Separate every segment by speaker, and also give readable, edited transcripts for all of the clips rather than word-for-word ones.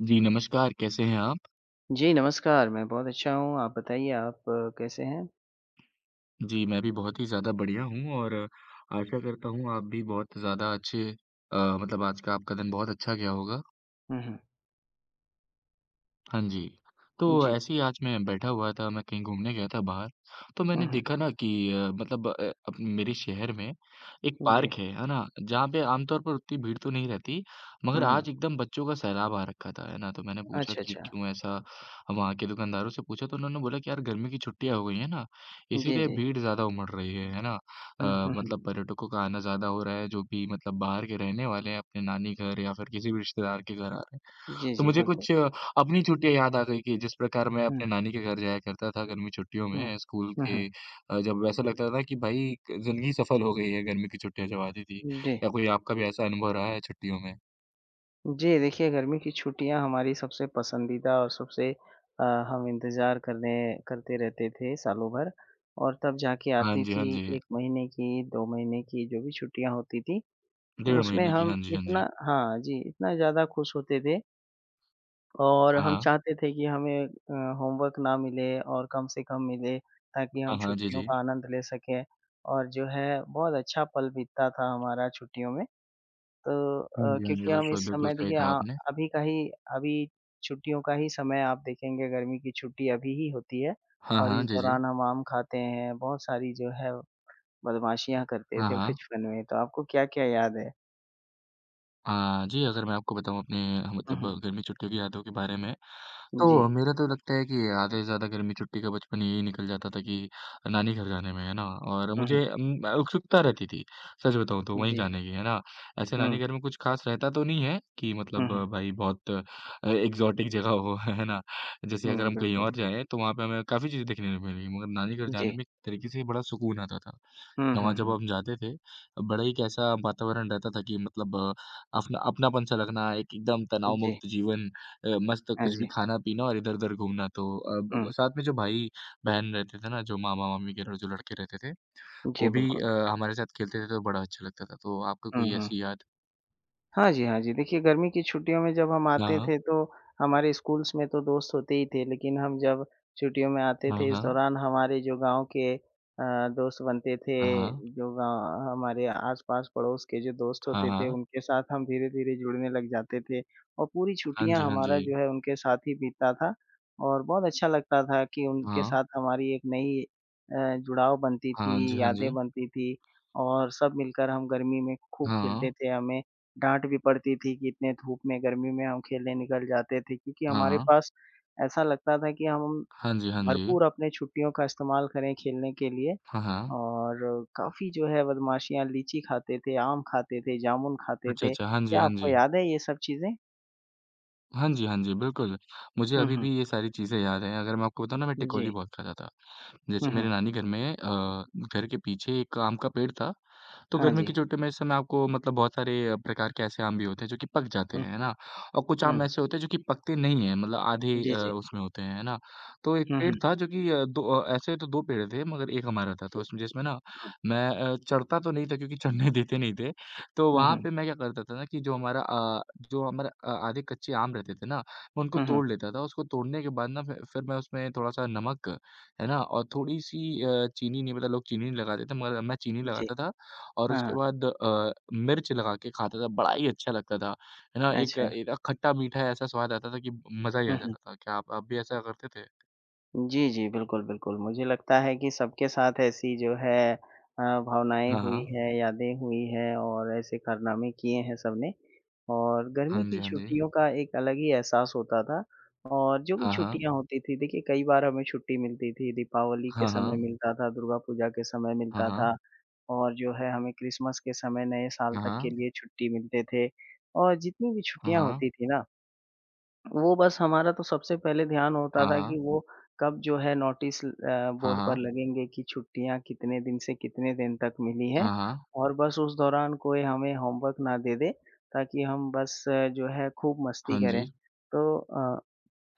Speaker 1: जी, नमस्कार, कैसे हैं आप?
Speaker 2: जी, नमस्कार, मैं बहुत अच्छा हूँ, आप बताइए आप कैसे हैं?
Speaker 1: जी, मैं भी बहुत ही ज़्यादा बढ़िया हूँ और आशा करता हूँ आप भी बहुत ज़्यादा अच्छे मतलब आज का आपका दिन बहुत अच्छा गया होगा।
Speaker 2: हुँ, हुँ।
Speaker 1: हाँ जी। तो
Speaker 2: जी।
Speaker 1: ऐसे ही आज मैं बैठा हुआ था, मैं कहीं घूमने गया था बाहर, तो
Speaker 2: हुँ,
Speaker 1: मैंने
Speaker 2: हुँ।
Speaker 1: देखा ना कि मतलब अब मेरे शहर में एक
Speaker 2: जी।
Speaker 1: पार्क है ना? जहाँ पे आमतौर पर उतनी भीड़ तो नहीं रहती,
Speaker 2: हुँ,
Speaker 1: मगर
Speaker 2: हुँ।
Speaker 1: आज एकदम बच्चों का सैलाब आ रखा था, है ना? तो मैंने पूछा
Speaker 2: अच्छा,
Speaker 1: कि
Speaker 2: अच्छा।
Speaker 1: क्यों ऐसा? वहाँ के दुकानदारों से पूछा तो उन्होंने बोला कि यार गर्मी की छुट्टियाँ हो गई हैं ना,
Speaker 2: जी,
Speaker 1: इसीलिए
Speaker 2: जी।
Speaker 1: भीड़ ज़्यादा उमड़ रही है ना?
Speaker 2: हुँ, हुँ, हुँ।
Speaker 1: मतलब पर्यटकों का आना ज़्यादा हो रहा है, जो भी मतलब बाहर के रहने वाले हैं अपने नानी घर या फिर किसी भी रिश्तेदार के घर आ रहे हैं।
Speaker 2: जी,
Speaker 1: तो
Speaker 2: जी,
Speaker 1: मुझे
Speaker 2: बिल्कुल।
Speaker 1: कुछ अपनी छुट्टियाँ याद आ गई कि जिस प्रकार मैं
Speaker 2: हुँ,
Speaker 1: अपने नानी के घर जाया करता था गर्मी छुट्टियों
Speaker 2: हुँ।
Speaker 1: में स्कूल
Speaker 2: हुँ,
Speaker 1: के
Speaker 2: हुँ।
Speaker 1: जब ऐसा लगता था कि भाई ज़िंदगी सफल हो गई है गर्मी की छुट्टियाँ जब आती थी।
Speaker 2: जी।
Speaker 1: क्या कोई आपका भी ऐसा अनुभव रहा है छुट्टियों में?
Speaker 2: जी, देखिए गर्मी की छुट्टियाँ हमारी सबसे पसंदीदा और हम इंतज़ार करने करते रहते थे सालों भर और तब जाके
Speaker 1: हाँ
Speaker 2: आती
Speaker 1: जी, हाँ
Speaker 2: थी
Speaker 1: जी।
Speaker 2: 1 महीने की, 2 महीने की जो भी छुट्टियाँ होती थी,
Speaker 1: डेढ़
Speaker 2: उसमें
Speaker 1: महीने की
Speaker 2: हम
Speaker 1: हाँ जी, हाँ जी।
Speaker 2: इतना हाँ जी, इतना ज़्यादा खुश होते थे और
Speaker 1: हाँ,
Speaker 2: हम
Speaker 1: हाँ।
Speaker 2: चाहते थे कि होमवर्क ना मिले और कम से कम मिले ताकि
Speaker 1: हाँ,
Speaker 2: हम
Speaker 1: हाँ। जी,
Speaker 2: छुट्टियों
Speaker 1: जी।
Speaker 2: का आनंद ले सकें और जो है बहुत अच्छा पल बीतता था हमारा छुट्टियों में।
Speaker 1: हाँ जी, हाँ जी।
Speaker 2: क्योंकि हम
Speaker 1: बिल्कुल,
Speaker 2: इस
Speaker 1: बिल्कुल
Speaker 2: समय
Speaker 1: सही कहा आपने।
Speaker 2: अभी का ही अभी छुट्टियों का ही समय आप देखेंगे गर्मी की छुट्टी अभी ही होती है
Speaker 1: हाँ,
Speaker 2: और
Speaker 1: हाँ।
Speaker 2: इस
Speaker 1: जी, जी।
Speaker 2: दौरान हम आम खाते हैं, बहुत सारी जो है बदमाशियाँ करते
Speaker 1: हाँ,
Speaker 2: थे
Speaker 1: हाँ।
Speaker 2: बचपन में। तो आपको क्या-क्या याद है?
Speaker 1: अ, जी अगर मैं आपको बताऊँ अपने
Speaker 2: हुँ,
Speaker 1: मतलब
Speaker 2: हुँ।
Speaker 1: गर्मी छुट्टियों की यादों के बारे में तो
Speaker 2: जी।
Speaker 1: मेरा तो लगता है कि आधे से ज़्यादा गर्मी छुट्टी का बचपन यही निकल जाता था कि नानी घर जाने में, है ना? और
Speaker 2: हुँ, हुँ।
Speaker 1: मुझे उत्सुकता रहती थी, सच बताऊँ तो वहीं
Speaker 2: जी।
Speaker 1: जाने की, है ना? ऐसे
Speaker 2: हुँ।
Speaker 1: नानी घर में कुछ खास रहता तो नहीं है कि
Speaker 2: हुँ,
Speaker 1: मतलब
Speaker 2: हुँ।
Speaker 1: भाई बहुत एक्सोटिक जगह हो, है ना? जैसे अगर
Speaker 2: हुँ,
Speaker 1: हम कहीं
Speaker 2: बिल्कुल।
Speaker 1: और जाएँ, तो वहाँ पे हमें काफ़ी चीज़ें देखने को मिलेंगी, मगर नानी घर जाने
Speaker 2: जी।
Speaker 1: में एक तरीके से बड़ा सुकून आता था।
Speaker 2: हुँ,
Speaker 1: वहाँ
Speaker 2: हुँ,
Speaker 1: जब
Speaker 2: हुँ।
Speaker 1: हम जाते थे, बड़ा ही एक ऐसा वातावरण रहता था कि मतलब अपना अपनापन-सा लगना, एक एकदम
Speaker 2: जी।
Speaker 1: तनाव-मुक्त जीवन, मस्त
Speaker 2: हाँ
Speaker 1: कुछ भी
Speaker 2: जी।
Speaker 1: खाना-पीना और इधर-उधर घूमना। तो ब
Speaker 2: हुँ,
Speaker 1: ब साथ में जो भाई-बहन रहते थे ना, जो मामा-मामी के जो लड़के रहते थे,
Speaker 2: जी
Speaker 1: वो भी
Speaker 2: बिल्कुल।
Speaker 1: हमारे साथ खेलते थे, तो बड़ा अच्छा लगता था। तो आपको
Speaker 2: हुँ,
Speaker 1: कोई
Speaker 2: हुँ।
Speaker 1: ऐसी याद?
Speaker 2: हाँ जी, हाँ जी। देखिए, गर्मी की छुट्टियों में जब हम आते
Speaker 1: हाँ,
Speaker 2: थे तो हमारे स्कूल्स में तो दोस्त होते ही थे, लेकिन हम जब छुट्टियों में आते
Speaker 1: हाँ,
Speaker 2: थे, इस
Speaker 1: हाँ।
Speaker 2: दौरान हमारे जो गाँव के दोस्त बनते थे,
Speaker 1: हाँ, हाँ।
Speaker 2: जो गाँव हमारे आस-पास पड़ोस के जो दोस्त
Speaker 1: हाँ,
Speaker 2: होते थे,
Speaker 1: हाँ।
Speaker 2: उनके साथ हम धीरे-धीरे जुड़ने लग जाते थे और पूरी
Speaker 1: हाँ
Speaker 2: छुट्टियाँ
Speaker 1: जी, हाँ जी।
Speaker 2: हमारा जो है उनके साथ ही बीतता था और बहुत अच्छा लगता था कि उनके
Speaker 1: हाँ।
Speaker 2: साथ हमारी एक नई जुड़ाव बनती
Speaker 1: हाँ जी,
Speaker 2: थी,
Speaker 1: हाँ
Speaker 2: यादें
Speaker 1: जी।
Speaker 2: बनती थी और सब मिलकर हम गर्मी में खूब खेलते
Speaker 1: हाँ।
Speaker 2: थे। हमें डाँट भी पड़ती थी कि इतने धूप में, गर्मी में हम खेलने निकल जाते थे क्योंकि
Speaker 1: हाँ,
Speaker 2: हमारे
Speaker 1: हाँ।
Speaker 2: पास ऐसा लगता था कि हम
Speaker 1: हाँ जी, हाँ जी।
Speaker 2: भरपूर अपने छुट्टियों का इस्तेमाल करें खेलने के लिए
Speaker 1: हाँ, हाँ।
Speaker 2: और काफ़ी जो है बदमाशियाँ लीची खाते थे, आम खाते थे, जामुन खाते
Speaker 1: अच्छा,
Speaker 2: थे।
Speaker 1: अच्छा। हाँ जी,
Speaker 2: क्या
Speaker 1: हाँ
Speaker 2: आपको
Speaker 1: जी।
Speaker 2: याद है ये सब चीज़ें?
Speaker 1: हाँ जी, हाँ जी, बिल्कुल। मुझे
Speaker 2: हुँ,
Speaker 1: अभी
Speaker 2: हुँ।
Speaker 1: भी ये सारी चीज़ें याद हैं। अगर मैं आपको बताऊँ ना मैं टिकोली
Speaker 2: जी।
Speaker 1: बहुत खाता था।
Speaker 2: हुँ,
Speaker 1: जैसे मेरे
Speaker 2: हुँ।
Speaker 1: नानी घर में घर के पीछे एक आम का पेड़ था तो
Speaker 2: हाँ
Speaker 1: गर्मी
Speaker 2: जी।
Speaker 1: के छुट्टियों में इस समय आपको मतलब बहुत सारे प्रकार के ऐसे आम भी होते हैं जो कि पक जाते
Speaker 2: हुँ,
Speaker 1: हैं, है ना? और कुछ आम
Speaker 2: हुँ।
Speaker 1: ऐसे होते हैं जो कि पकते नहीं हैं मतलब आधे
Speaker 2: जी, जी।
Speaker 1: उसमें होते हैं, है ना? तो एक
Speaker 2: हुँ,
Speaker 1: पेड़
Speaker 2: हुँ।
Speaker 1: था जो कि ऐसे तो 2 पेड़ थे मगर एक हमारा था तो
Speaker 2: जी।
Speaker 1: उसमें जिसमें ना
Speaker 2: हुँ।
Speaker 1: मैं चढ़ता तो नहीं था क्योंकि चढ़ने देते नहीं थे। तो
Speaker 2: हुँ,
Speaker 1: वहाँ
Speaker 2: हुँ।
Speaker 1: पे मैं क्या करता था ना कि आधे कच्चे आम रहते थे ना, मैं उनको
Speaker 2: हुँ, हुँ।
Speaker 1: तोड़ लेता था। उसको तोड़ने के बाद ना फि फिर मैं उसमें थोड़ा-सा नमक, है ना? और थोड़ी-सी चीनी नहीं पता लोग चीनी नहीं लगाते थे मगर मैं चीनी
Speaker 2: जी।
Speaker 1: लगाता था और
Speaker 2: हाँ,
Speaker 1: उसके
Speaker 2: हाँ।
Speaker 1: बाद मिर्च लगा के खाता था, बड़ा ही अच्छा लगता था, है ना? एक
Speaker 2: अच्छा।
Speaker 1: एक खट्टा-मीठा ऐसा स्वाद आता था कि मज़ा ही
Speaker 2: हुँ,
Speaker 1: आ
Speaker 2: हुँ।
Speaker 1: जाता था। क्या आप भी ऐसा करते थे?
Speaker 2: जी, जी। बिल्कुल, बिल्कुल। मुझे लगता है कि सबके साथ ऐसी जो है भावनाएँ
Speaker 1: हाँ,
Speaker 2: हुई
Speaker 1: हाँ।
Speaker 2: हैं, यादें हुई हैं और ऐसे कारनामे किए हैं सबने। और गर्मी
Speaker 1: हाँ
Speaker 2: की
Speaker 1: जी, हाँ जी।
Speaker 2: छुट्टियों का एक अलग ही एहसास होता था और जो भी
Speaker 1: हाँ, हाँ।
Speaker 2: छुट्टियाँ होती थी देखिए कई बार हमें छुट्टी मिलती थी, दीपावली के
Speaker 1: हाँ,
Speaker 2: समय
Speaker 1: हाँ।
Speaker 2: मिलता था, दुर्गा पूजा के समय
Speaker 1: हाँ,
Speaker 2: मिलता
Speaker 1: हाँ।
Speaker 2: था और जो है हमें क्रिसमस के समय नए साल
Speaker 1: हाँ,
Speaker 2: तक के
Speaker 1: हाँ।
Speaker 2: लिए छुट्टी मिलते थे और जितनी भी
Speaker 1: हाँ,
Speaker 2: छुट्टियाँ
Speaker 1: हाँ।
Speaker 2: होती थी ना वो बस हमारा तो सबसे पहले ध्यान होता
Speaker 1: हाँ,
Speaker 2: था कि
Speaker 1: हाँ।
Speaker 2: वो कब जो है नोटिस
Speaker 1: हाँ,
Speaker 2: बोर्ड पर
Speaker 1: हाँ।
Speaker 2: लगेंगे कि छुट्टियाँ कितने दिन से कितने दिन तक मिली है
Speaker 1: हाँ, हाँ।
Speaker 2: और बस उस दौरान कोई हमें होमवर्क ना दे दे, ताकि हम बस जो है खूब मस्ती
Speaker 1: हाँ जी।
Speaker 2: करें। तो अ,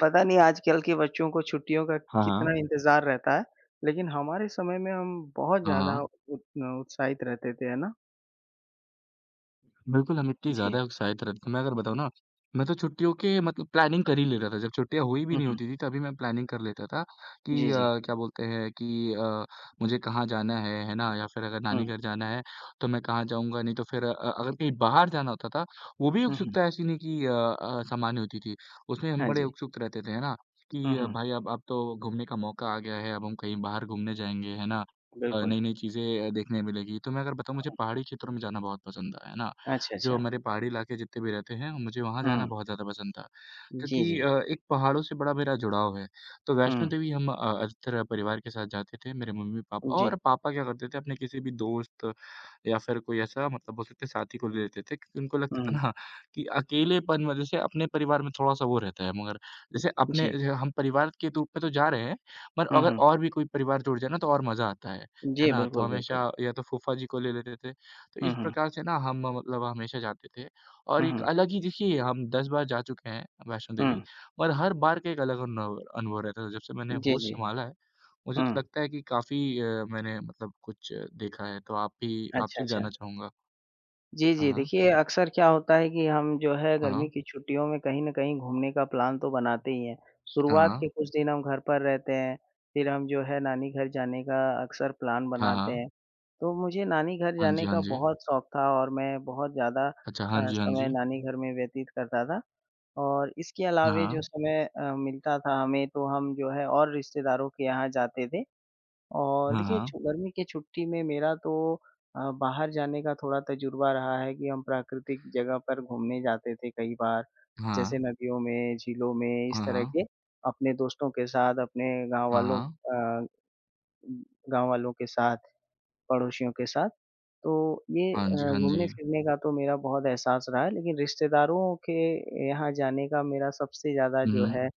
Speaker 2: पता नहीं आजकल के बच्चों को छुट्टियों का
Speaker 1: हाँ, हाँ।
Speaker 2: कितना इंतज़ार रहता है, लेकिन हमारे समय में हम बहुत
Speaker 1: हाँ,
Speaker 2: ज़्यादा
Speaker 1: हाँ।
Speaker 2: उत उत्साहित रहते थे, है ना?
Speaker 1: बिल्कुल, हम इतनी
Speaker 2: जी।
Speaker 1: ज़्यादा उत्साहित रहते थे तो मैं अगर बताऊँ ना, मैं तो छुट्टियों के मतलब प्लानिंग कर ही लेता था, जब छुट्टियाँ हुई भी
Speaker 2: हुँ,
Speaker 1: नहीं
Speaker 2: हुँ।
Speaker 1: होती थी तभी मैं प्लानिंग कर लेता था कि
Speaker 2: जी, जी।
Speaker 1: क्या बोलते हैं कि मुझे कहाँ जाना है ना? या फिर अगर
Speaker 2: हुँ,
Speaker 1: नानी घर जाना है, तो मैं कहाँ जाऊँगा, नहीं तो फिर अगर कहीं बाहर जाना होता था, वो भी
Speaker 2: हुँ, हुँ।
Speaker 1: उत्सुकता ऐसी नहीं कि सामान्य होती थी, उसमें हम
Speaker 2: हाँ
Speaker 1: बड़े
Speaker 2: जी।
Speaker 1: उत्सुक रहते थे, है ना?
Speaker 2: हुँ,
Speaker 1: कि
Speaker 2: हुँ।
Speaker 1: भाई अब तो घूमने का मौका आ गया है, अब हम कहीं बाहर घूमने जाएँगे, है ना?
Speaker 2: बिल्कुल।
Speaker 1: नई-नई चीज़ें देखने मिलेगी, तो मैं अगर बताऊँ मुझे पहाड़ी क्षेत्रों में जाना बहुत पसंद है ना?
Speaker 2: अच्छा,
Speaker 1: जो
Speaker 2: अच्छा।
Speaker 1: हमारे पहाड़ी इलाके जितने भी रहते हैं, मुझे वहाँ जाना
Speaker 2: हुँ।
Speaker 1: बहुत ज़्यादा पसंद था।
Speaker 2: जी,
Speaker 1: क्योंकि
Speaker 2: जी।
Speaker 1: एक पहाड़ों से बड़ा मेरा जुड़ाव है। तो वैष्णो
Speaker 2: हुँ,
Speaker 1: देवी हम अधिकतर परिवार के साथ जाते थे, मेरे मम्मी-पापा
Speaker 2: जी।
Speaker 1: और पापा क्या करते थे अपने किसी भी दोस्त या फिर कोई ऐसा मतलब बोल सकते हैं साथी को ले लेते थे क्योंकि उनको
Speaker 2: हुँ,
Speaker 1: लगता था
Speaker 2: हुँ।
Speaker 1: ना कि अकेलेपन वजह से अपने परिवार में थोड़ा-सा वो रहता है मगर जैसे अपने
Speaker 2: जी।
Speaker 1: ज हम परिवार के रूप में तो जा रहे हैं, पर
Speaker 2: हुँ,
Speaker 1: अगर
Speaker 2: हुँ।
Speaker 1: और भी कोई परिवार जुड़ जाए ना तो और मज़ा आता है। है
Speaker 2: जी,
Speaker 1: ना? तो
Speaker 2: बिल्कुल, बिल्कुल।
Speaker 1: हमेशा या तो फूफा जी को ले लेते थे तो
Speaker 2: हुँ,
Speaker 1: इस
Speaker 2: हुँ।
Speaker 1: प्रकार से ना हम मतलब हमेशा जाते थे और
Speaker 2: हुँ,
Speaker 1: एक
Speaker 2: हुँ।
Speaker 1: अलग ही देखिए हम 10 बार जा चुके हैं वैष्णो देवी
Speaker 2: हुँ।
Speaker 1: और हर बार का एक अलग अनुभव अनुभव रहता था। जब से मैंने
Speaker 2: जी,
Speaker 1: होश
Speaker 2: जी।
Speaker 1: सँभाला है, मुझे
Speaker 2: हुँ।
Speaker 1: तो लगता है कि काफ़ी मैंने मतलब कुछ देखा है, तो आप भी
Speaker 2: अच्छा,
Speaker 1: आपसे भी
Speaker 2: अच्छा।
Speaker 1: जानना चाहूँगा?
Speaker 2: जी, जी।
Speaker 1: हाँ,
Speaker 2: देखिए, अक्सर क्या होता है कि हम जो है गर्मी
Speaker 1: हाँ,
Speaker 2: की छुट्टियों में कहीं न कहीं घूमने का प्लान तो बनाते ही हैं।
Speaker 1: हाँ,
Speaker 2: शुरुआत के
Speaker 1: हाँ,
Speaker 2: कुछ दिन हम घर पर रहते हैं, फिर हम जो है नानी घर जाने का अक्सर प्लान
Speaker 1: हाँ,
Speaker 2: बनाते
Speaker 1: हाँ।
Speaker 2: हैं। तो मुझे नानी घर
Speaker 1: हाँ जी,
Speaker 2: जाने
Speaker 1: हाँ
Speaker 2: का
Speaker 1: जी।
Speaker 2: बहुत शौक था और मैं बहुत ज़्यादा
Speaker 1: अच्छा,
Speaker 2: अ,
Speaker 1: हाँ जी, हाँ
Speaker 2: समय
Speaker 1: जी।
Speaker 2: नानी घर में व्यतीत करता था। और इसके अलावे
Speaker 1: हाँ,
Speaker 2: जो समय मिलता था हमें तो हम जो है और रिश्तेदारों के यहाँ जाते थे और
Speaker 1: हाँ,
Speaker 2: देखिए
Speaker 1: हाँ,
Speaker 2: छु गर्मी की छुट्टी में मेरा तो बाहर जाने का थोड़ा तजुर्बा रहा है कि हम प्राकृतिक जगह पर घूमने जाते थे कई बार।
Speaker 1: हाँ,
Speaker 2: जैसे नदियों में, झीलों में इस
Speaker 1: हाँ,
Speaker 2: तरह
Speaker 1: हाँ,
Speaker 2: के अपने दोस्तों के साथ, अपने
Speaker 1: हाँ, हाँ,
Speaker 2: गाँव वालों के साथ, पड़ोसियों के साथ। तो ये
Speaker 1: हाँ
Speaker 2: अ,
Speaker 1: जी, हाँ जी।
Speaker 2: घूमने-फिरने का तो मेरा बहुत एहसास रहा है, लेकिन रिश्तेदारों के यहाँ जाने का मेरा सबसे ज़्यादा जो
Speaker 1: हुँ,
Speaker 2: है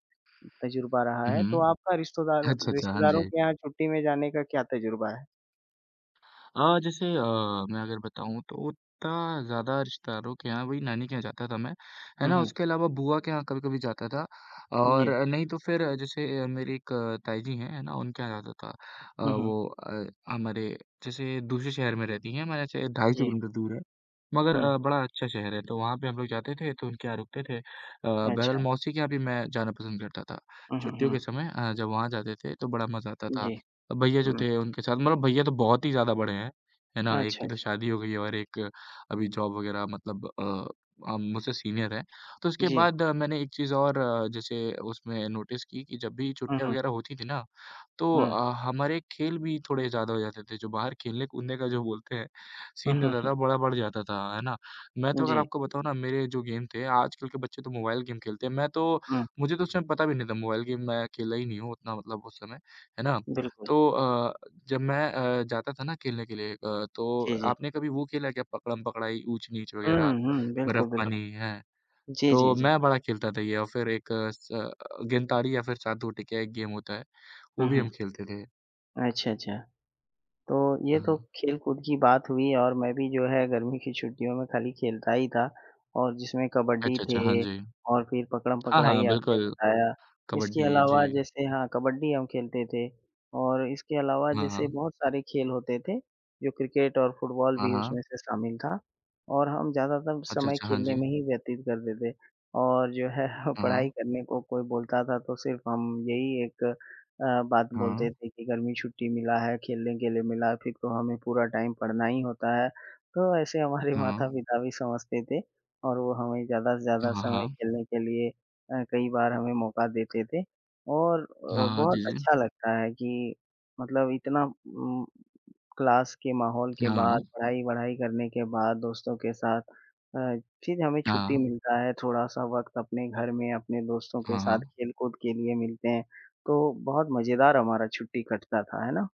Speaker 2: तजुर्बा रहा
Speaker 1: हुँ,
Speaker 2: है। तो
Speaker 1: हुँ।
Speaker 2: आपका
Speaker 1: अच्छा, अच्छा, हाँ
Speaker 2: रिश्तेदारों
Speaker 1: जी।
Speaker 2: के यहाँ छुट्टी में जाने का क्या तजुर्बा है?
Speaker 1: जैसे मैं अगर बताऊँ तो उतना ज़्यादा रिश्तेदारों के यहाँ वही नानी के यहाँ जाता था मैं, है
Speaker 2: हुँ,
Speaker 1: ना?
Speaker 2: हुँ।
Speaker 1: उसके अलावा बुआ के यहाँ कभी-कभी जाता था और
Speaker 2: जी।
Speaker 1: नहीं तो फिर जैसे मेरी एक ताई जी हैं, है ना? उनके यहाँ जाता था।
Speaker 2: हुँ, हुँ।
Speaker 1: हमारे जैसे दूसरे शहर में रहती हैं, हमारे यहाँ से 250
Speaker 2: जी।
Speaker 1: किलोमीटर दूर है। मगर
Speaker 2: हुँ।
Speaker 1: बड़ा अच्छा शहर है, तो वहाँ पे हम लोग जाते थे, तो उनके यहाँ रुकते थे। बहरहाल
Speaker 2: अच्छा।
Speaker 1: मौसी के यहाँ भी मैं जाना पसंद करता था।
Speaker 2: हुँ, हुँ,
Speaker 1: छुट्टियों
Speaker 2: हुँ।
Speaker 1: के समय जब वहाँ जाते थे तो बड़ा मज़ा आता था।
Speaker 2: जी।
Speaker 1: भैया जो
Speaker 2: हुँ।
Speaker 1: थे उनके साथ मतलब भैया तो बहुत ही ज़्यादा बड़े हैं, है ना? एक
Speaker 2: अच्छा,
Speaker 1: की तो
Speaker 2: अच्छा।
Speaker 1: शादी हो गई है और एक अभी जॉब वग़ैरह मतलब मुझसे सीनियर है। तो उसके
Speaker 2: जी।
Speaker 1: बाद मैंने एक चीज़ और जैसे उसमें नोटिस की कि जब भी
Speaker 2: हुँ,
Speaker 1: छुट्टियाँ
Speaker 2: हुँ।
Speaker 1: वग़ैरह होती थी ना तो
Speaker 2: हुँ।
Speaker 1: हमारे खेल भी थोड़े ज़्यादा हो जाते थे, जो बाहर खेलने-कूदने का जो बोलते हैं,
Speaker 2: हुँ,
Speaker 1: सीन
Speaker 2: हुँ,
Speaker 1: रहता
Speaker 2: हुँ।
Speaker 1: था, बड़ा बढ़ जाता था, है ना? मैं तो अगर
Speaker 2: जी।
Speaker 1: आपको बताऊँ ना, मेरे जो गेम थे आजकल के बच्चे तो मोबाइल गेम खेलते हैं, मैं तो
Speaker 2: हुँ।
Speaker 1: मुझे तो उस समय पता भी नहीं था, मोबाइल गेम मैं खेला ही नहीं हूँ उतना मतलब उस समय, है ना?
Speaker 2: बिल्कुल।
Speaker 1: तो जब मैं जाता था ना खेलने के लिए तो
Speaker 2: जी, जी।
Speaker 1: आपने कभी वो खेला है क्या पकड़म-पकड़ाई, ऊच-नीच
Speaker 2: हुँ,
Speaker 1: वगैरह,
Speaker 2: हुँ। बिल्कुल, बिल्कुल।
Speaker 1: बर्फ़-पानी, हैं?
Speaker 2: जी,
Speaker 1: तो
Speaker 2: जी, जी।
Speaker 1: मैं बड़ा खेलता था ये और फिर एक गेंद-ताड़ी या फिर सात-दो टिकिया एक गेम होता है,
Speaker 2: हुँ,
Speaker 1: वो भी
Speaker 2: हुँ।
Speaker 1: हम खेलते थे।
Speaker 2: अच्छा, अच्छा। तो ये तो
Speaker 1: हाँ।
Speaker 2: खेल-कूद की बात हुई और मैं भी जो है गर्मी की छुट्टियों में खाली खेलता ही था और जिसमें कबड्डी
Speaker 1: अच्छा,
Speaker 2: थे
Speaker 1: अच्छा, हाँ जी।
Speaker 2: और फिर
Speaker 1: हाँ,
Speaker 2: पकड़म-पकड़ाई
Speaker 1: हाँ,
Speaker 2: आपने
Speaker 1: बिल्कुल,
Speaker 2: बताया। इसके
Speaker 1: कबड्डी,
Speaker 2: अलावा
Speaker 1: जी।
Speaker 2: जैसे हाँ, कबड्डी हम खेलते थे और इसके अलावा
Speaker 1: हाँ,
Speaker 2: जैसे
Speaker 1: हाँ।
Speaker 2: बहुत सारे खेल होते थे, जो क्रिकेट और फुटबॉल
Speaker 1: हाँ,
Speaker 2: भी
Speaker 1: हाँ।
Speaker 2: उसमें से शामिल था और हम ज़्यादातर
Speaker 1: अच्छा,
Speaker 2: समय
Speaker 1: अच्छा, हाँ
Speaker 2: खेलने
Speaker 1: जी।
Speaker 2: में ही व्यतीत करते थे और जो है
Speaker 1: हाँ,
Speaker 2: पढ़ाई
Speaker 1: हाँ।
Speaker 2: करने को कोई बोलता था तो सिर्फ़ हम यही एक बात
Speaker 1: हाँ,
Speaker 2: बोलते थे कि गर्मी छुट्टी मिला है, खेलने के लिए मिला है, फिर तो हमें पूरा टाइम पढ़ना ही होता है। तो ऐसे हमारे
Speaker 1: हाँ।
Speaker 2: माता-पिता भी समझते थे और वो हमें ज़्यादा से ज़्यादा
Speaker 1: हाँ,
Speaker 2: समय
Speaker 1: हाँ।
Speaker 2: खेलने के लिए कई बार हमें मौका देते थे और
Speaker 1: हाँ, हाँ,
Speaker 2: बहुत
Speaker 1: जी, जी।
Speaker 2: अच्छा लगता है कि मतलब इतना क्लास के माहौल के
Speaker 1: हाँ,
Speaker 2: बाद,
Speaker 1: हाँ।
Speaker 2: पढ़ाई-वढ़ाई करने के बाद दोस्तों के साथ अ, फिर हमें छुट्टी
Speaker 1: हाँ,
Speaker 2: मिलता है, थोड़ा-सा वक़्त अपने घर में अपने दोस्तों के
Speaker 1: हाँ। हाँ,
Speaker 2: साथ खेल-कूद के लिए मिलते हैं, तो बहुत मज़ेदार हमारा छुट्टी कटता था, है ना?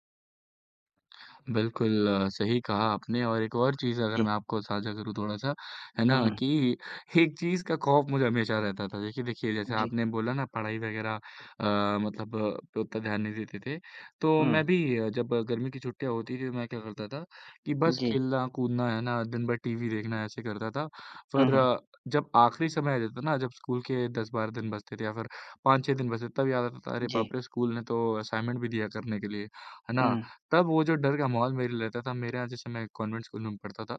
Speaker 1: बिल्कुल, सही कहा आपने और एक और चीज़ अगर
Speaker 2: जी।
Speaker 1: मैं आपको साझा करूँ थोड़ा-सा, है
Speaker 2: हुँ,
Speaker 1: ना?
Speaker 2: हुँ।
Speaker 1: कि एक चीज़ का खौफ मुझे हमेशा रहता था। देखिए देखिए, जैसे
Speaker 2: जी।
Speaker 1: आपने बोला ना पढ़ाई वग़ैरह मतलब पे उतना ध्यान नहीं देते थे। तो
Speaker 2: हुँ।
Speaker 1: मैं भी जब गर्मी की छुट्टियाँ होती थी, मैं क्या करता था कि बस
Speaker 2: जी।
Speaker 1: खेलना-कूदना, है ना? दिन भर टीवी देखना, ऐसे करता था।
Speaker 2: हुँ,
Speaker 1: पर
Speaker 2: हुँ।
Speaker 1: जब आखिरी समय आ जाता ना, जब स्कूल के 10-12 दिन बचते थे या फिर 5-6 दिन बचते, तब याद आता था, "अरे
Speaker 2: जी।
Speaker 1: बाप रे! स्कूल ने तो असाइनमेंट भी दिया करने के लिए।" है ना?
Speaker 2: हुँ।
Speaker 1: तब वो जो डर का माहौल मेरे लिए रहता था, मेरे यहाँ जैसे मैं कॉन्वेंट स्कूल में पढ़ता था,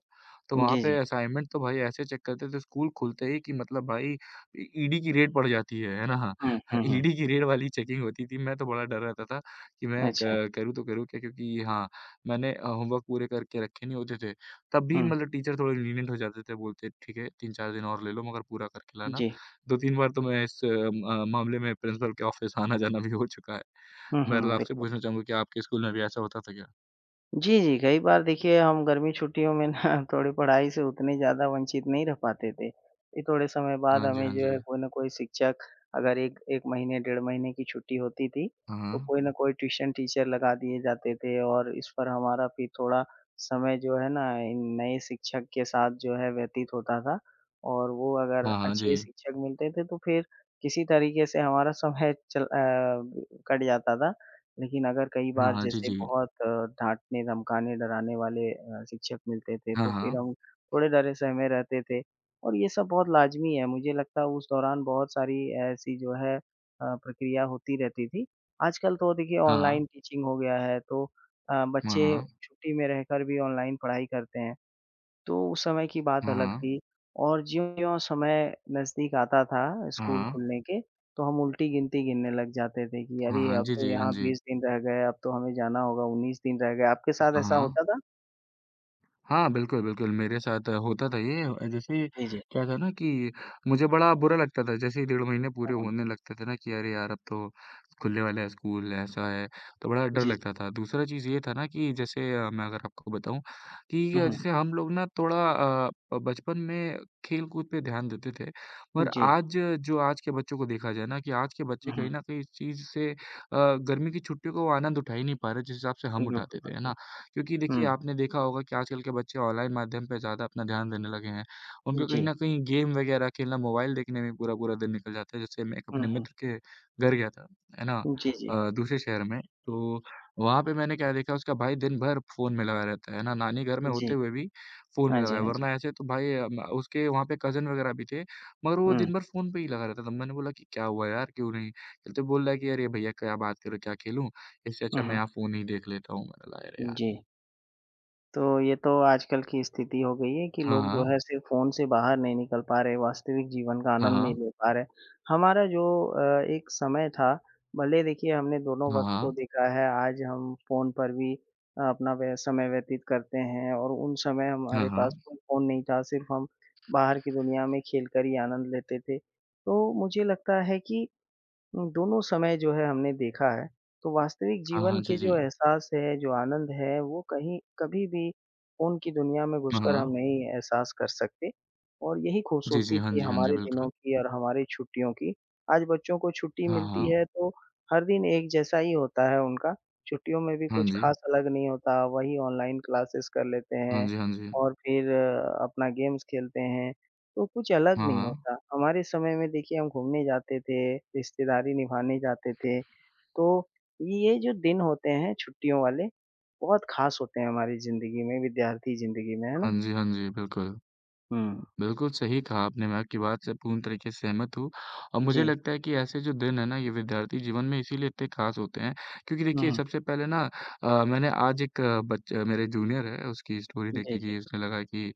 Speaker 1: तो वहाँ
Speaker 2: जी,
Speaker 1: पे
Speaker 2: जी।
Speaker 1: असाइनमेंट तो भाई ऐसे चेक करते थे स्कूल खुलते ही कि मतलब भाई इ ईडी की रेड पड़ जाती है ना?
Speaker 2: हुँ, हुँ, हुँ।
Speaker 1: ईडी की रेड वाली चेकिंग होती थी, मैं तो बड़ा डर रहता था कि मैं
Speaker 2: अच्छा।
Speaker 1: क करूँ तो करूँ क्या? क्योंकि हाँ, मैंने होमवर्क पूरे करके रखे नहीं होते थे, तब भी
Speaker 2: हुँ।
Speaker 1: मतलब टीचर थोड़े lenient हो जाते थे, बोलते ठीक है 3-4 दिन और ले लो मगर पूरा करके लाना।
Speaker 2: जी।
Speaker 1: 2-3 बार तो मैं इस मामले में प्रिंसिपल के ऑफ़िस आना-जाना भी हो चुका है।
Speaker 2: हुँ,
Speaker 1: बहरहाल
Speaker 2: हुँ।
Speaker 1: आपसे
Speaker 2: बिल्कुल।
Speaker 1: पूछना चाहूँगा कि आपके स्कूल में भी ऐसा होता था क्या?
Speaker 2: जी, जी। कई बार देखिए हम गर्मी छुट्टियों में ना थोड़ी पढ़ाई से उतने ज़्यादा वंचित नहीं रह पाते थे। फिर थोड़े समय बाद
Speaker 1: हाँ जी,
Speaker 2: हमें
Speaker 1: हाँ
Speaker 2: जो
Speaker 1: जी।
Speaker 2: है कोई न कोई शिक्षक अगर 1 महीने, डेढ़ महीने की छुट्टी होती थी,
Speaker 1: हाँ,
Speaker 2: तो
Speaker 1: हाँ।
Speaker 2: कोई न कोई ट्यूशन टीचर लगा दिए जाते थे और इस पर हमारा फिर थोड़ा समय जो है ना इन नए शिक्षक के साथ जो है व्यतीत होता था। और वो अगर
Speaker 1: हाँ, हाँ, जी।
Speaker 2: अच्छे शिक्षक मिलते थे तो फिर किसी तरीके से हमारा समय कट जाता था। लेकिन अगर कई
Speaker 1: हाँ,
Speaker 2: बार
Speaker 1: हाँ, जी,
Speaker 2: जैसे
Speaker 1: जी।
Speaker 2: बहुत अ, डाँटने, धमकाने, डराने वाले शिक्षक मिलते थे,
Speaker 1: हाँ,
Speaker 2: तो फिर
Speaker 1: हाँ।
Speaker 2: हम थोड़े डरे-सहमे रहते थे और ये सब बहुत लाज़मी है। मुझे लगता है उस दौरान बहुत सारी ऐसी जो है प्रक्रिया होती रहती थी। आजकल तो देखिए
Speaker 1: हाँ,
Speaker 2: ऑनलाइन
Speaker 1: हाँ।
Speaker 2: टीचिंग हो गया है, तो
Speaker 1: हाँ,
Speaker 2: बच्चे
Speaker 1: हाँ।
Speaker 2: छुट्टी में रहकर भी ऑनलाइन पढ़ाई करते हैं। तो उस समय की बात
Speaker 1: हाँ,
Speaker 2: अलग
Speaker 1: हाँ।
Speaker 2: थी और ज्यों-ज्यों समय नज़दीक आता था
Speaker 1: हाँ,
Speaker 2: स्कूल
Speaker 1: हाँ।
Speaker 2: खुलने के, तो हम उल्टी गिनती गिनने लग जाते थे कि
Speaker 1: हाँ,
Speaker 2: अरे!
Speaker 1: हाँ।
Speaker 2: अब
Speaker 1: जी,
Speaker 2: तो
Speaker 1: जी। हाँ
Speaker 2: यहाँ
Speaker 1: जी।
Speaker 2: 20 दिन रह गए, अब तो हमें जाना होगा, 19 दिन रह गए। आपके साथ
Speaker 1: हाँ,
Speaker 2: ऐसा
Speaker 1: हाँ।
Speaker 2: होता था?
Speaker 1: हाँ, बिल्कुल, बिल्कुल, मेरे साथ होता था ये जैसे
Speaker 2: जी, जी।
Speaker 1: क्या था ना कि मुझे बड़ा बुरा लगता था, जैसे ही डेढ़ महीने
Speaker 2: हुँ,
Speaker 1: पूरे
Speaker 2: हुँ।
Speaker 1: होने लगते थे ना कि अरे यार! अब तो खुलने वाला है स्कूल, ऐसा है, तो बड़ा डर
Speaker 2: जी, जी।
Speaker 1: लगता था। दूसरा चीज़ ये था ना कि जैसे मैं अगर आपको बताऊँ कि
Speaker 2: हुँ, हुँ।
Speaker 1: जैसे हम लोग ना थोड़ा अ, बचपन में खेल-कूद पे ध्यान देते थे, पर
Speaker 2: जी।
Speaker 1: आज जो आज के बच्चों को देखा जाए ना कि आज के बच्चे
Speaker 2: हुँ, हुँ।
Speaker 1: कहीं न कहीं इस चीज़ से गर्मी की छुट्टियों का वो आनंद उठा ही नहीं पा रहे, जिस हिसाब से हम
Speaker 2: बिल्कुल,
Speaker 1: उठाते थे, है
Speaker 2: बिल्कुल।
Speaker 1: ना? क्योंकि देखिए,
Speaker 2: हुँ,
Speaker 1: आपने देखा होगा कि आजकल के बच्चे ऑनलाइन माध्यम पे ज़्यादा अपना ध्यान देने लगे हैं। उनको कहीं
Speaker 2: जी।
Speaker 1: न कहीं गेम वगैरह खेलना, मोबाइल देखने में पूरा-पूरा दिन निकल जाता है। जैसे मैं एक
Speaker 2: हुँ,
Speaker 1: अपने
Speaker 2: हुँ।
Speaker 1: मित्र के घर गया था, है ना?
Speaker 2: जी, जी।
Speaker 1: दूसरे शहर में, तो वहाँ पे मैंने क्या देखा, उसका भाई दिन भर फ़ोन में लगा रहता है ना? नानी घर में
Speaker 2: जी।
Speaker 1: होते हुए भी फ़ोन में
Speaker 2: हाँ
Speaker 1: लगा
Speaker 2: जी,
Speaker 1: है,
Speaker 2: हाँ जी।
Speaker 1: वरना ऐसे तो भाई उसके वहाँ पे कज़िन वगैरह भी थे, मगर वो
Speaker 2: हुँ,
Speaker 1: दिन भर फ़ोन पे ही लगा रहता था। मैंने बोला कि, "क्या हुआ यार, क्यों नहीं खेलते?" बोल रहा है कि, "अरे भैया, क्या बात करो, क्या खेलूँ? इससे
Speaker 2: हुँ,
Speaker 1: अच्छा मैं
Speaker 2: हुँ।
Speaker 1: यहाँ फ़ोन ही देख लेता हूँ।" मैंने बोला, "अरे यार।"
Speaker 2: जी। तो ये तो आजकल की स्थिति हो गई है कि लोग जो
Speaker 1: हाँ,
Speaker 2: है सिर्फ़ फ़ोन से बाहर नहीं निकल पा रहे, वास्तविक जीवन का
Speaker 1: हाँ,
Speaker 2: आनंद नहीं
Speaker 1: हाँ,
Speaker 2: ले पा रहे। हमारा जो एक समय था, भले देखिए हमने दोनों
Speaker 1: हाँ,
Speaker 2: वक़्त को
Speaker 1: हाँ,
Speaker 2: देखा है, आज हम फ़ोन पर भी अपना व्य समय व्यतीत करते हैं और उन समय
Speaker 1: हाँ,
Speaker 2: हमारे पास
Speaker 1: हाँ,
Speaker 2: कोई फ़ोन नहीं था, सिर्फ़ हम बाहर की दुनिया में खेलकर ही आनंद लेते थे। तो मुझे लगता है कि दोनों समय जो है हमने देखा है, तो वास्तविक
Speaker 1: हाँ,
Speaker 2: जीवन
Speaker 1: हाँ,
Speaker 2: के
Speaker 1: जी,
Speaker 2: जो
Speaker 1: जी,
Speaker 2: एहसास है, जो आनंद है, वो कहीं कभी भी फ़ोन की दुनिया में
Speaker 1: हाँ,
Speaker 2: घुसकर हम
Speaker 1: हाँ,
Speaker 2: नहीं एहसास कर सकते और यही
Speaker 1: जी, जी,
Speaker 2: खूबसूरती
Speaker 1: हाँ
Speaker 2: थी
Speaker 1: जी, हाँ जी,
Speaker 2: हमारे दिनों
Speaker 1: बिल्कुल,
Speaker 2: की और हमारी छुट्टियों की। आज बच्चों को छुट्टी
Speaker 1: हाँ,
Speaker 2: मिलती
Speaker 1: हाँ,
Speaker 2: है तो हर दिन एक जैसा ही होता है उनका, छुट्टियों में भी
Speaker 1: हाँ
Speaker 2: कुछ
Speaker 1: जी,
Speaker 2: ख़ास अलग नहीं होता, वही ऑनलाइन क्लासेस कर लेते
Speaker 1: हाँ
Speaker 2: हैं
Speaker 1: जी, हाँ जी,
Speaker 2: और फिर अपना गेम्स खेलते हैं। तो कुछ अलग
Speaker 1: हाँ,
Speaker 2: नहीं
Speaker 1: हाँ,
Speaker 2: होता। हमारे समय में देखिए हम घूमने जाते थे, रिश्तेदारी निभाने जाते थे। तो ये जो दिन होते हैं छुट्टियों वाले, बहुत ख़ास होते हैं हमारी ज़िंदगी में, विद्यार्थी ज़िंदगी में, है ना?
Speaker 1: हाँ जी, हाँ जी, बिल्कुल।
Speaker 2: हुँ।
Speaker 1: बिल्कुल सही कहा आपने, मैं आपकी बात से पूर्ण तरीके से सहमत हूँ और मुझे
Speaker 2: जी।
Speaker 1: लगता है कि ऐसे जो दिन है ना, ये विद्यार्थी जीवन में इसीलिए इतने खास होते हैं क्योंकि
Speaker 2: हुँ,
Speaker 1: देखिए
Speaker 2: हुँ।
Speaker 1: सबसे पहले ना मैंने आज एक बच मेरे जूनियर है, उसकी स्टोरी
Speaker 2: जी,
Speaker 1: देखी
Speaker 2: जी।
Speaker 1: कि उसने लगा कि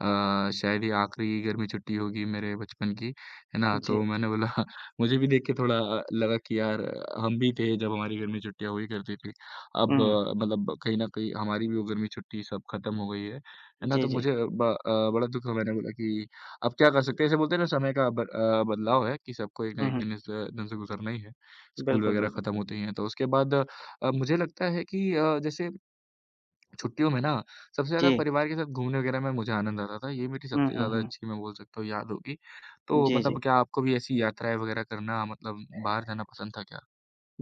Speaker 1: शायद ये आखिरी गर्मी छुट्टी होगी मेरे बचपन की, है ना?
Speaker 2: जी।
Speaker 1: तो मैंने बोला मुझे भी देख के थोड़ा लगा कि यार हम भी थे जब हमारी गर्मी छुट्टियाँ हुई करती थी।
Speaker 2: हुँ,
Speaker 1: अब
Speaker 2: हुँ।
Speaker 1: मतलब कहीं न कहीं हमारी भी वो गर्मी छुट्टी सब खत्म हो गई है। है ना?
Speaker 2: जी,
Speaker 1: तो
Speaker 2: जी।
Speaker 1: मुझे बड़ा दुःख हुआ, मैंने बोला कि अब क्या कर सकते हैं? ऐसे बोलते हैं ना समय का बदलाव है कि सबको एक ना
Speaker 2: हुँ,
Speaker 1: एक
Speaker 2: हुँ।
Speaker 1: दिन इस दिन से गुज़रना ही है। स्कूल
Speaker 2: बिल्कुल,
Speaker 1: वगैरह
Speaker 2: बिल्कुल।
Speaker 1: खत्म होते ही हैं, तो उसके बाद मुझे लगता है कि जैसे छुट्टियों में ना सबसे ज़्यादा
Speaker 2: जी।
Speaker 1: परिवार के साथ घूमने वगैरह में मुझे आनंद आता था। ये मेरी
Speaker 2: हुँ,
Speaker 1: सबसे
Speaker 2: हुँ,
Speaker 1: ज़्यादा
Speaker 2: हुँ।
Speaker 1: अच्छी मैं बोल सकता हूँ याद होगी। तो
Speaker 2: जी, जी।
Speaker 1: मतलब क्या आपको भी ऐसी यात्राएँ वगैरह करना मतलब बाहर जाना पसंद था क्या?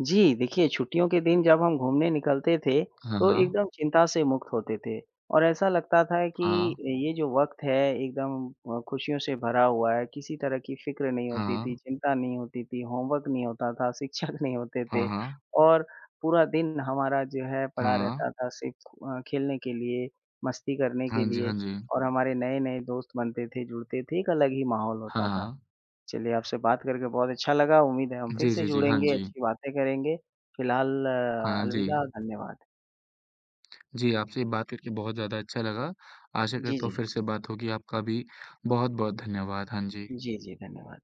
Speaker 2: जी, देखिए छुट्टियों के दिन जब हम घूमने निकलते थे,
Speaker 1: हाँ,
Speaker 2: तो हुँ।
Speaker 1: हाँ।
Speaker 2: एकदम चिंता से मुक्त होते थे और ऐसा लगता था कि
Speaker 1: हाँ,
Speaker 2: ये जो वक़्त है एकदम खुशियों से भरा हुआ है, किसी तरह की फ़िक्र नहीं होती थी,
Speaker 1: हाँ।
Speaker 2: चिंता नहीं होती थी, होमवर्क नहीं होता था, शिक्षक नहीं होते
Speaker 1: हाँ,
Speaker 2: थे
Speaker 1: हाँ।
Speaker 2: और पूरा दिन हमारा जो है पड़ा
Speaker 1: हाँ।
Speaker 2: रहता था सिर्फ़ खेलने के लिए, मस्ती करने के
Speaker 1: हाँ जी,
Speaker 2: लिए
Speaker 1: हाँ जी।
Speaker 2: और हमारे नए-नए दोस्त बनते थे, जुड़ते थे, एक अलग ही माहौल
Speaker 1: हाँ,
Speaker 2: होता था।
Speaker 1: हाँ।
Speaker 2: चलिए आपसे बात करके बहुत अच्छा लगा। उम्मीद है हम फिर
Speaker 1: जी,
Speaker 2: से
Speaker 1: जी, जी। हाँ
Speaker 2: जुड़ेंगे,
Speaker 1: जी।
Speaker 2: अच्छी बातें करेंगे। फिलहाल
Speaker 1: हाँ जी।
Speaker 2: अलविदा, धन्यवाद।
Speaker 1: जी, आपसे बात करके बहुत ज़्यादा अच्छा लगा। आशा
Speaker 2: जी,
Speaker 1: करता हूँ
Speaker 2: जी।
Speaker 1: फिर से बात होगी। आपका भी बहुत-बहुत धन्यवाद। हाँ जी।
Speaker 2: जी, जी, धन्यवाद।